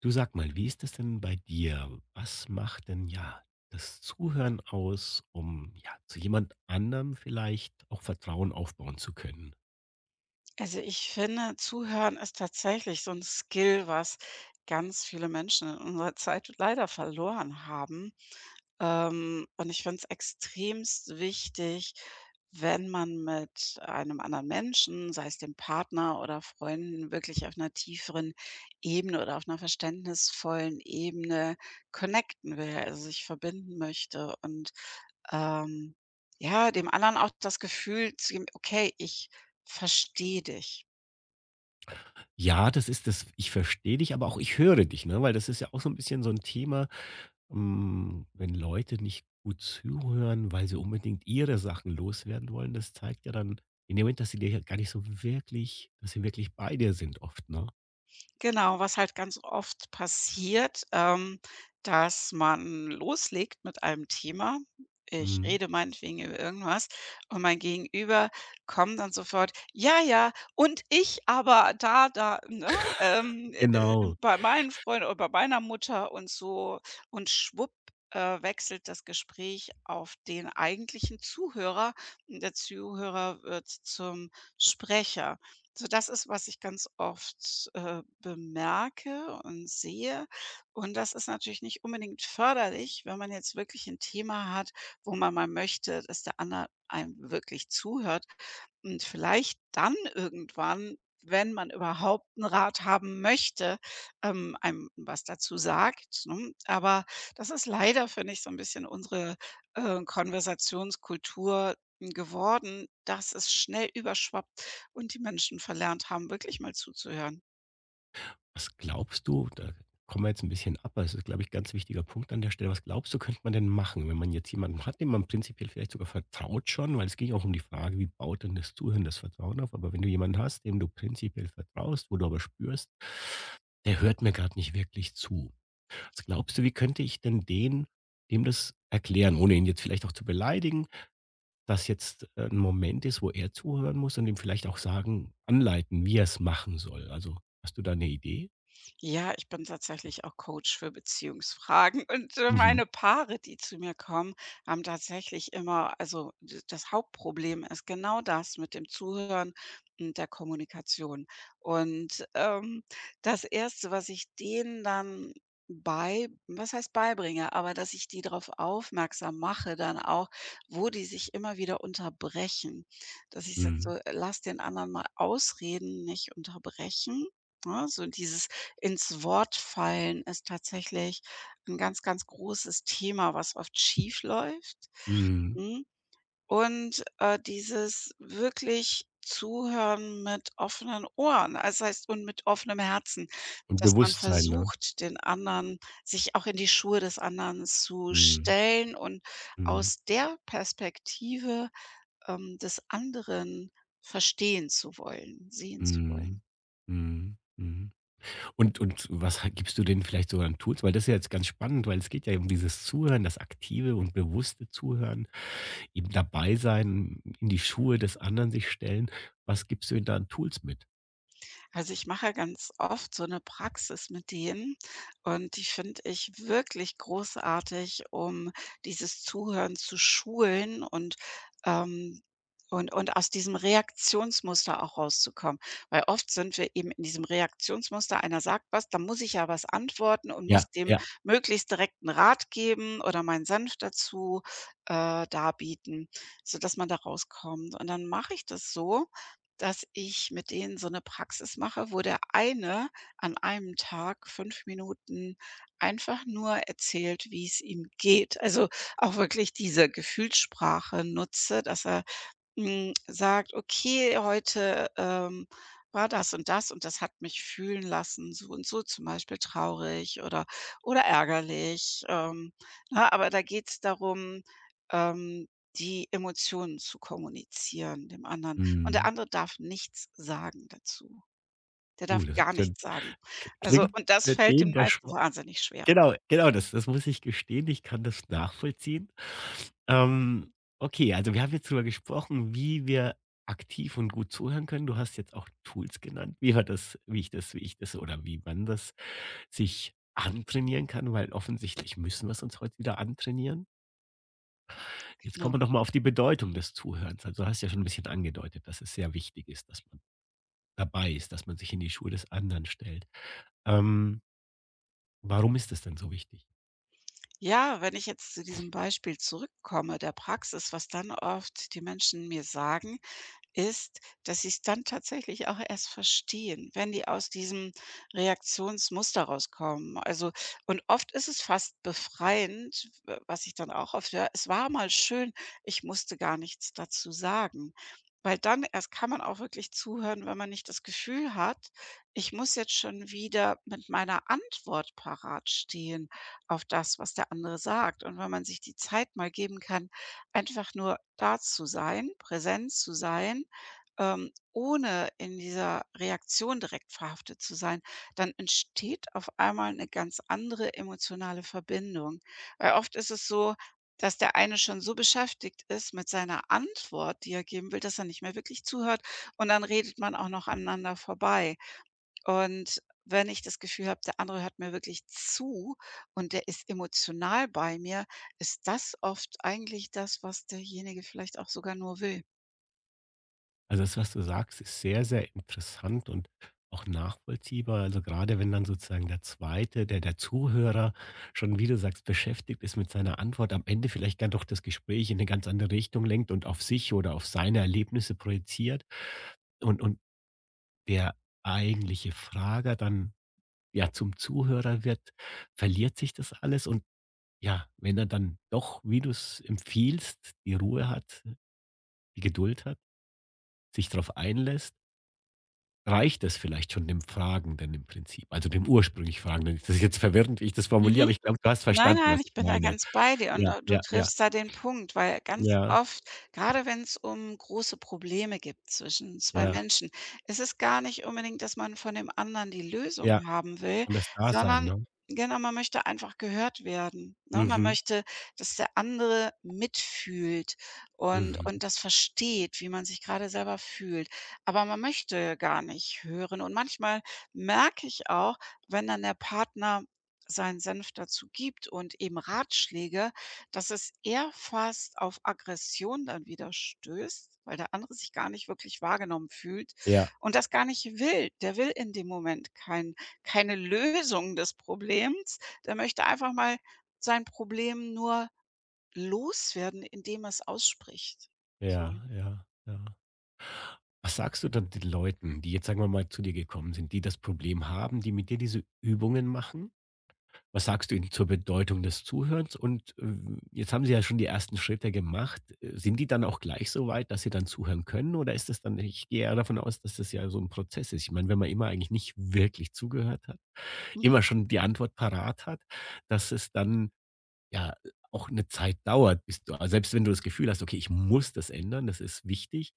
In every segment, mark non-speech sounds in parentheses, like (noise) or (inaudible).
Du sag mal, wie ist das denn bei dir? Was macht denn das Zuhören aus, um zu jemand anderem vielleicht auch Vertrauen aufbauen zu können? Also, ich finde, Zuhören ist tatsächlich so ein Skill, was ganz viele Menschen in unserer Zeit leider verloren haben. Und ich finde es extremst wichtig, wenn man mit einem anderen Menschen, sei es dem Partner oder Freunden, wirklich auf einer tieferen Ebene oder auf einer verständnisvollen Ebene connecten will, also, sich verbinden möchte und, ähm, ja, dem anderen auch das Gefühl zu geben: „Okay, ich verstehe dich.“ Ja, das ist das, ich verstehe dich, aber auch ich höre dich, ne? Weil das ist ja auch so ein bisschen so ein Thema, wenn Leute nicht gut zuhören, weil sie unbedingt ihre Sachen loswerden wollen, das zeigt ja dann in dem Moment, dass sie dir ja gar nicht so wirklich, dass sie wirklich bei dir sind oft, ne? Genau, was halt ganz oft passiert, dass man loslegt mit einem Thema. Ich Mhm. rede meinetwegen über irgendwas und mein Gegenüber kommt dann sofort: „Ja, ja, und ich aber da, da, ne, ähm, äh, äh, Genau. bei meinen Freunden oder bei meiner Mutter“ und so. Und schwupp, wechselt das Gespräch auf den eigentlichen Zuhörer und der Zuhörer wird zum Sprecher. So, das ist, was ich ganz oft, bemerke und sehe. Und das ist natürlich nicht unbedingt förderlich, wenn man jetzt wirklich ein Thema hat, wo man mal möchte, dass der andere einem wirklich zuhört und vielleicht dann irgendwann, wenn man überhaupt einen Rat haben möchte, einem was dazu sagt, ne? Aber das ist leider, finde ich, so ein bisschen unsere, Konversationskultur geworden, dass es schnell überschwappt und die Menschen verlernt haben, wirklich mal zuzuhören. Was glaubst du da, kommen wir jetzt ein bisschen ab, aber es ist, glaube ich, ganz wichtiger Punkt an der Stelle. Was glaubst du, könnte man denn machen, wenn man jetzt jemanden hat, dem man prinzipiell vielleicht sogar vertraut schon, weil es ging auch um die Frage, wie baut denn das Zuhören das Vertrauen auf? Aber wenn du jemanden hast, dem du prinzipiell vertraust, wo du aber spürst: „Der hört mir gerade nicht wirklich zu.“ Was glaubst du, wie könnte ich denn den dem das erklären, ohne ihn jetzt vielleicht auch zu beleidigen, dass jetzt'n Moment ist, wo er zuhören muss und ihm vielleicht auch sagen anleiten, wie er es machen soll? Also, hast du da eine Idee? Ja, ich bin tatsächlich auch Coach für Beziehungsfragen (laughs) und, Mhm. meine Paare, die zu mir kommen, haben tatsächlich immer also, d das Hauptproblem ist genau das mit dem Zuhören und der Kommunikation. Und, ähm, Das Erste, was ich denen dann bei was heißt beibringe, aber dass ich die darauf aufmerksam mache dann auch, wo die sich immer wieder unterbrechen. Dass ich sage so: Mhm. „Lass den anderen mal ausreden, nicht unterbrechen.“ Ne, so dieses ins Wort fallen ist tatsächlich ein ganz, ganz großes Thema, was oft schiefläuft, Mhm. mhm, und, dieses wirklich Zuhören mit offenen Ohren, also, heißt und mit offenem Herzen, Und dass man Bewusstsein, ne? versucht, den anderen sich auch in die Schuhe des anderen zu Mhm. stellen und Mhm. aus der Perspektive, des anderen verstehen zu wollen, sehen zu wollen. Mhm. Mhm. Mhm. Und was ha gibst du denen vielleicht sogar an Tools? Weil das ist ja jetzt ganz spannend, weil es geht ja um dieses Zuhören, das aktive und bewusste Zuhören, eben dabei sein, in die Schuhe des anderen sich stellen. Was gibst du ihnen da an Tools mit? Also, ich mache ganz oft so eine Praxis mit denen und die finde ich wirklich großartig, um dieses Zuhören zu schulen ähm und aus diesem Reaktionsmuster auch rauszukommen. Weil oft sind wir eben in diesem Reaktionsmuster, einer sagt was, dann muss ich ja was antworten und Ja, muss dem ja. möglichst direkt 'n Rat geben oder meinen Senf dazu, darbieten, sodass man da rauskommt. Und dann mache ich das so dass ich mit denen so 'ne Praxis mache, wo der eine an einem Tag 5 Minuten einfach nur erzählt, wie's ihm geht. Also, auch wirklich diese Gefühlssprache nutze, dass er sagt: „Okay, heute, war das und das und das hat mich fühlen lassen, so und so zum Beispiel traurig oder ärgerlich.“ Ne, aber da geht es darum, ähm, die Emotionen zu kommunizieren dem anderen. Und der Mhm. andere darf nichts sagen dazu. Der darf Das gar ist ja nichts sagen. Also, klingt und das für fällt den, den der meisten schon wahnsinnig schwer, Genau, genau, das muss ich gestehen, ich kann das nachvollziehen. Ähm, okay, also, wir haben jetzt drüber gesprochen, wie wir aktiv und gut zuhören können. Du hast jetzt auch Tools genannt, wie wir das wie ich das wie ich das oder wie man das sich antrainieren kann, weil offensichtlich müssen wir es uns heute wieder antrainieren. Jetzt kommen wir genau. doch mal auf die Bedeutung des Zuhörens. Also, du hast ja schon ein bisschen angedeutet, dass es sehr wichtig ist, dass man dabei ist, dass man sich in die Schuhe des anderen stellt. Ähm, warum ist das denn so wichtig? Ja, wenn ich jetzt zu diesem Beispiel zurückkomme, der Praxis, was dann oft die Menschen mir sagen ist, dass sie es dann tatsächlich auch erst verstehen, wenn die aus diesem Reaktionsmuster rauskommen. Also und oft ist es fast befreiend, w was ich dann auch oft höre: „Es war mal schön, ich musste gar nichts dazu sagen.“ Weil dann erst kann man auch wirklich zuhören, wenn man nicht das Gefühl hat, ich muss jetzt schon wieder mit meiner Antwort parat stehen auf das, was der andere sagt. Und wenn man sich die Zeit mal geben kann, einfach nur da zu sein, präsent zu sein ohne in dieser Reaktion direkt verhaftet zu sein, dann entsteht auf einmal eine ganz andere emotionale Verbindung. Weil oft ist es so, dass der eine schon so beschäftigt ist mit seiner Antwort, die er geben will, dass er nicht mehr wirklich zuhört und dann redet man auch noch aneinander vorbei. Und wenn ich das Gefühl habe, der andere hört mir wirklich zu und der ist emotional bei mir, ist das oft eigentlich das, was derjenige vielleicht auch sogar nur will. Also das, was du sagst, ist sehr, sehr interessant und auch nachvollziehbar. Also gerade wenn dann sozusagen der zweite, der Zuhörer schon, wie du sagst, beschäftigt ist mit seiner Antwort, am Ende vielleicht gar doch das Gespräch in eine ganz andere Richtung lenkt und auf sich oder auf seine Erlebnisse projiziert und der eigentliche Frager dann ja zum Zuhörer wird, verliert sich das alles und ja, wenn er dann doch, wie du es empfiehlst, die Ruhe hat, die Geduld hat, sich darauf einlässt, reicht es vielleicht schon dem Fragenden im Prinzip, also dem ursprünglich Fragenden? Das ist jetzt verwirrend, wie ich das formuliere, Mhm. aber ich glaube, du hast Nein, verstanden, nein, was ich ich bin da meine. ganz bei dir und Ja, da du ja, ja, triffst da den Punkt, weil ganz ja, oft, gerade wenn es um große Probleme gibt zwischen zwei ja, Menschen, es ist gar nicht unbedingt, dass man von dem anderen die Lösung ja. haben will, Und das Dasein, sondern ne? genau, man möchte einfach gehört werden, ne? Man Mhm, möchte, dass der andere mitfühlt und mhm. das versteht, wie man sich gerade selber fühlt. Aber man möchte gar nicht hören und manchmal merke ich auch, wenn dann der Partner seinen Senf dazu gibt und eben Ratschläge, dass es eher fast auf Aggression dann wieder stößt, weil der andere sich gar nicht wirklich wahrgenommen fühlt Ja, und das gar nicht will. Der will in dem Moment kein keine Lösung des Problems. Der möchte einfach mal sein Problem nur loswerden, indem er es ausspricht. So. ja, ja, ja. Was sagst du dann den Leuten, die jetzt, sagen wir mal, zu dir gekommen sind, die das Problem haben, die mit dir diese Übungen machen? Was sagst du Ihnen zur Bedeutung des Zuhörens? Und, jetzt haben Sie ja schon die ersten Schritte gemacht. Sind die dann auch gleich so weit, dass sie dann zuhören können oder ist das dann ich gehe eher davon aus, dass das ja so ein Prozess ist. Ich meine, wenn man immer eigentlich nicht wirklich zugehört hat, Mhm. immer schon die Antwort parat hat, dass es dann ja, auch eine Zeit dauert, bis du also, selbst wenn du das Gefühl hast: „Okay, ich muss das ändern, das ist wichtig“,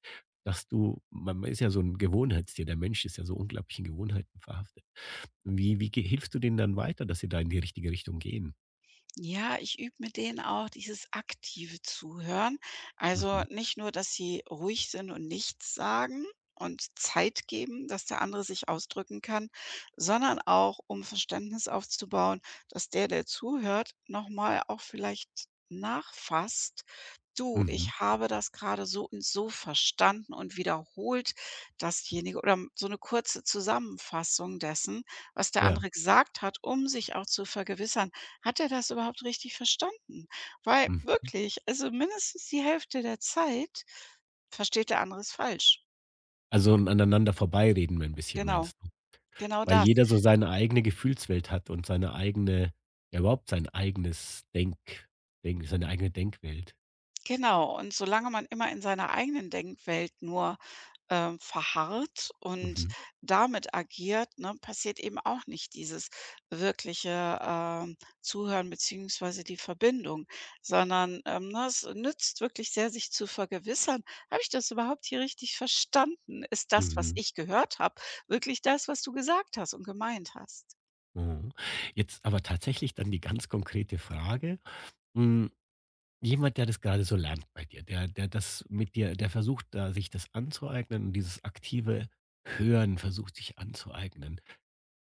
dass du man man ist ja so ein Gewohnheitstier, der Mensch ist ja so unglaublich in Gewohnheiten verhaftet. Wie ge hilfst du denen dann weiter, dass sie da in die richtige Richtung gehen? Ja, ich übe mit denen auch dieses aktive Zuhören. Also Mhm, nicht nur, dass sie ruhig sind und nichts sagen und Zeit geben, dass der andere sich ausdrücken kann, sondern auch, um Verständnis aufzubauen, dass der, der zuhört, nochmal auch vielleicht nachfasst. Du, mhm, ich habe das gerade so und so verstanden und wiederholt dasjenige oder so eine kurze Zusammenfassung dessen, was der ja, andere gesagt hat, um sich auch zu vergewissern, hat er das überhaupt richtig verstanden? Weil mhm. wirklich, also mindestens die Hälfte der Zeit versteht der andere es falsch. Also, 'n aneinander vorbeireden ein bisschen, Genau, meinst du? genau Weil das. jeder so seine eigene Gefühlswelt hat und seine eigene ja, überhaupt sein eigenes Denk Denk seine eigene Denkwelt. Genau, und solange man immer in seiner eigenen Denkwelt nur, verharrt und Mhm, damit agiert, ne, passiert eben auch nicht dieses wirkliche, Zuhören beziehungsweise die Verbindung, sondern, ne, es nützt wirklich sehr, sich zu vergewissern: „Habe ich das überhaupt hier richtig verstanden? Ist das, was mhm. ich gehört habe, wirklich das, was du gesagt hast und gemeint hast?“ Mhm. Jetzt aber tatsächlich dann die ganz konkrete Frage. Hm, jemand, der das gerade so lernt bei dir, der das mit dir der versucht, da sich das anzueignen und dieses aktive Hören versucht, sich anzueignen.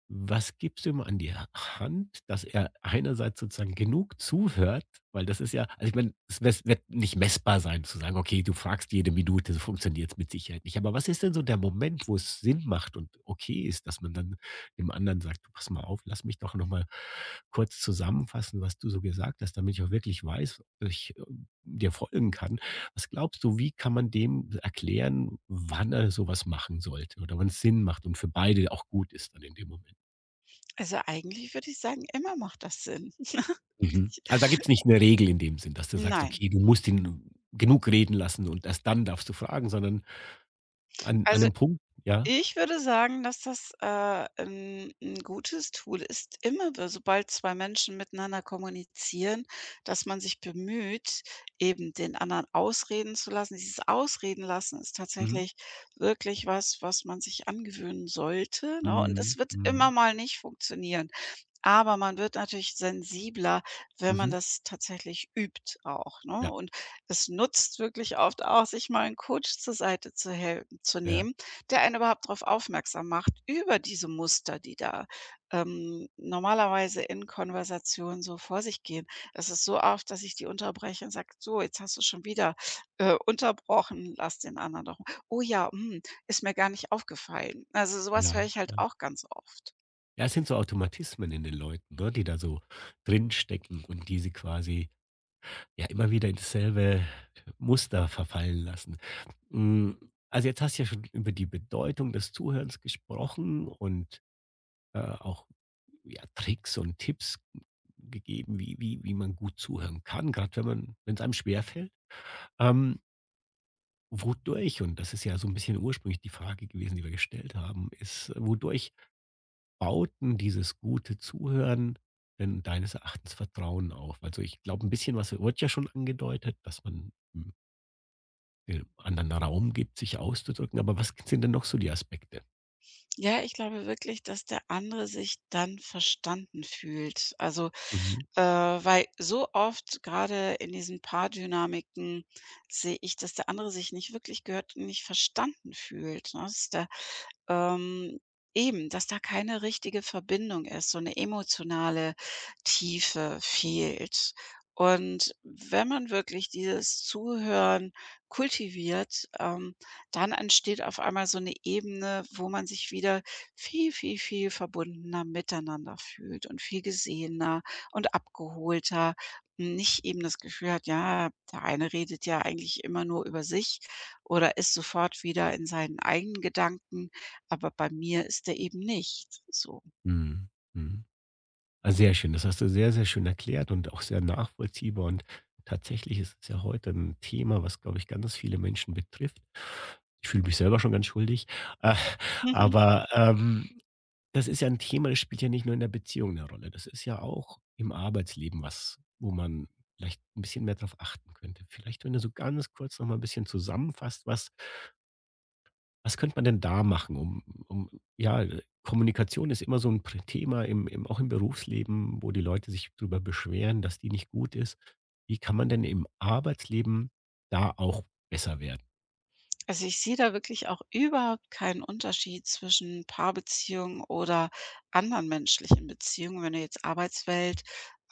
Was gibst du ihm an die Hand, dass er einerseits sozusagen genug zuhört? Weil das ist ja also, ich meine, es wes wird nicht messbar sein zu sagen: „Okay, du fragst jede Minute“, so funktioniert es mit Sicherheit nicht. Aber was ist denn so der Moment, wo es Sinn macht und okay ist, dass man dann dem anderen sagt: „Du, pass mal auf, lass mich doch noch mal kurz zusammenfassen, was du so gesagt hast, damit ich auch wirklich weiß, ob ich, dir folgen kann.“ Was glaubst du, wie kann man dem erklären, wann er so was machen sollte oder wann's Sinn macht und für beide auch gut ist dann in dem Moment? Also, eigentlich würde ich sagen, immer macht das Sinn. (laughs) Mhm. Also, da gibt's nicht 'ne Regel in dem Sinn, dass du sagst: Nein. „Okay, du musst ihn genug reden lassen und erst dann darfst du fragen“, sondern an Also 'nem Punkt, ja? Ich würde sagen, dass das, 'n gutes Tool ist, immer w sobald 2 Menschen miteinander kommunizieren, dass man sich bemüht, eben den anderen ausreden zu lassen. Dieses Ausreden lassen ist Mhm. tatsächlich wirklich was, was man sich angewöhnen sollte, ne? Und Mhm. es wird immer Mhm. mal nicht funktionieren. Aber man wird natürlich sensibler, wenn man Mhm. das tatsächlich übt auch, ne? Ja, Und es nutzt wirklich oft auch, sich mal 'n Coach zur Seite zu hel zu ja, nehmen, der einen überhaupt drauf aufmerksam macht über diese Muster, die da, normalerweise in Konversationen so vor sich gehen. Es ist so oft, dass ich die unterbreche und sage: „So, jetzt hast du schon wieder, unterbrochen, lass den anderen doch“ „Oh ja, hm, ist mir gar nicht aufgefallen.“ Also, so was höre ja, ich halt ja. auch ganz oft. Ja, es sind so Automatismen in den Leuten, ne, die da so drinstecken und die sie quasi, ja, immer wieder in dasselbe Muster verfallen lassen. Hm, also, jetzt hast du ja schon über die Bedeutung des Zuhörens gesprochen und auch ja, Tricks und Tipps gegeben, wie man gut zuhören kann, gerade wenn man wenn's einem schwerfällt. Ähm, wodurch und das ist ja so ein bisschen ursprünglich die Frage gewesen, die wir gestellt haben, ist, wodurch bauten dieses gute Zuhören denn deines Erachtens Vertrauen auf? Also, ich glaube, ein bisschen was wird ja schon angedeutet, dass man, hm, den anderen Raum gibt, sich auszudrücken, aber was sind denn noch so die Aspekte? Ja, ich glaube wirklich, dass der andere sich dann verstanden fühlt. Also, Mhm. Weil so oft gerade in diesen Paardynamiken sehe ich, dass der andere sich nicht wirklich gehört und nicht verstanden fühlt, ne? Dass der ähm, eben, dass da keine richtige Verbindung ist, so eine emotionale Tiefe fehlt. Und wenn man wirklich dieses Zuhören kultiviert, dann entsteht auf einmal so eine Ebene, wo man sich wieder viel, viel, viel verbundener miteinander fühlt und viel gesehener und abgeholter. Nicht eben das Gefühl hat, ja, der eine redet ja eigentlich immer nur über sich oder ist sofort wieder in seinen eigenen Gedanken. Aber bei mir ist der eben nicht so. Mhm. Mhm. Ah, sehr schön. Das hast du sehr, sehr schön erklärt und auch sehr nachvollziehbar. Und tatsächlich ist es ja heute ein Thema, was, glaube ich, ganz viele Menschen betrifft. Ich fühle mich selber schon ganz schuldig. Äh, Mhm. (laughs) aber das ist ja ein Thema, das spielt ja nicht nur in der Beziehung eine Rolle. Das ist ja auch im Arbeitsleben was, wo man vielleicht ein bisschen mehr darauf achten könnte. Vielleicht, wenn du so ganz kurz nochmal ein bisschen zusammenfasst, was was könnte man denn da machen, um um ja, Kommunikation ist immer so ein Pr Thema im im auch im Berufsleben, wo die Leute sich darüber beschweren, dass die nicht gut ist. Wie kann man denn im Arbeitsleben da auch besser werden? Also, ich sehe da wirklich auch überhaupt keinen Unterschied zwischen Paarbeziehungen oder anderen menschlichen Beziehungen. Wenn du jetzt Arbeitswelt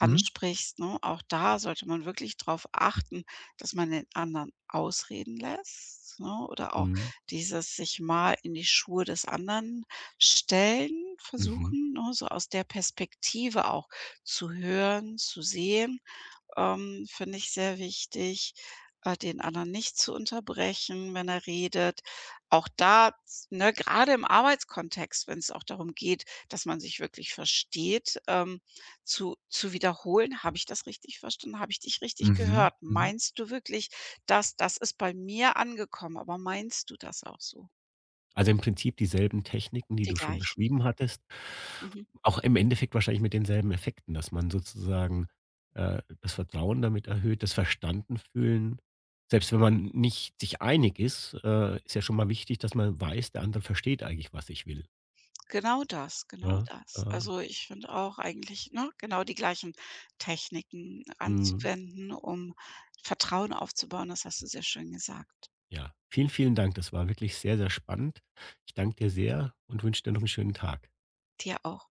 Mhm. ne, auch da sollte man wirklich darauf achten, dass man den anderen ausreden lässt, ne, oder auch Mhm. dieses sich mal in die Schuhe des anderen stellen Mhm. versuchen, ne, so aus der Perspektive auch zu hören, zu sehen. Finde ich sehr wichtig, den anderen nicht zu unterbrechen, wenn er redet. Auch da, ne, gerade im Arbeitskontext, wenn es auch darum geht, dass man sich wirklich versteht, zu wiederholen, habe ich das richtig verstanden? Habe ich dich richtig Mhm, gehört? mhm. Meinst du wirklich, dass das ist bei mir angekommen? Aber meinst du das auch so? Also, im Prinzip dieselben Techniken, die Die du schon gleichen. beschrieben hattest, Mhm. auch im Endeffekt wahrscheinlich mit denselben Effekten, dass man sozusagen, das Vertrauen damit erhöht, das Verstanden fühlen. Selbst wenn man nicht sich einig ist, ist ja schon mal wichtig, dass man weiß, der andere versteht eigentlich, was ich will. Genau das, genau Ja, das. äh, Also, ich finde auch eigentlich, ne, genau die gleichen Techniken mhm, anzuwenden, um Vertrauen aufzubauen. Das hast du sehr schön gesagt. ja. Vielen, vielen Dank. Das war wirklich sehr, sehr spannend. Ich danke dir sehr und wünsche dir noch einen schönen Tag. Dir auch.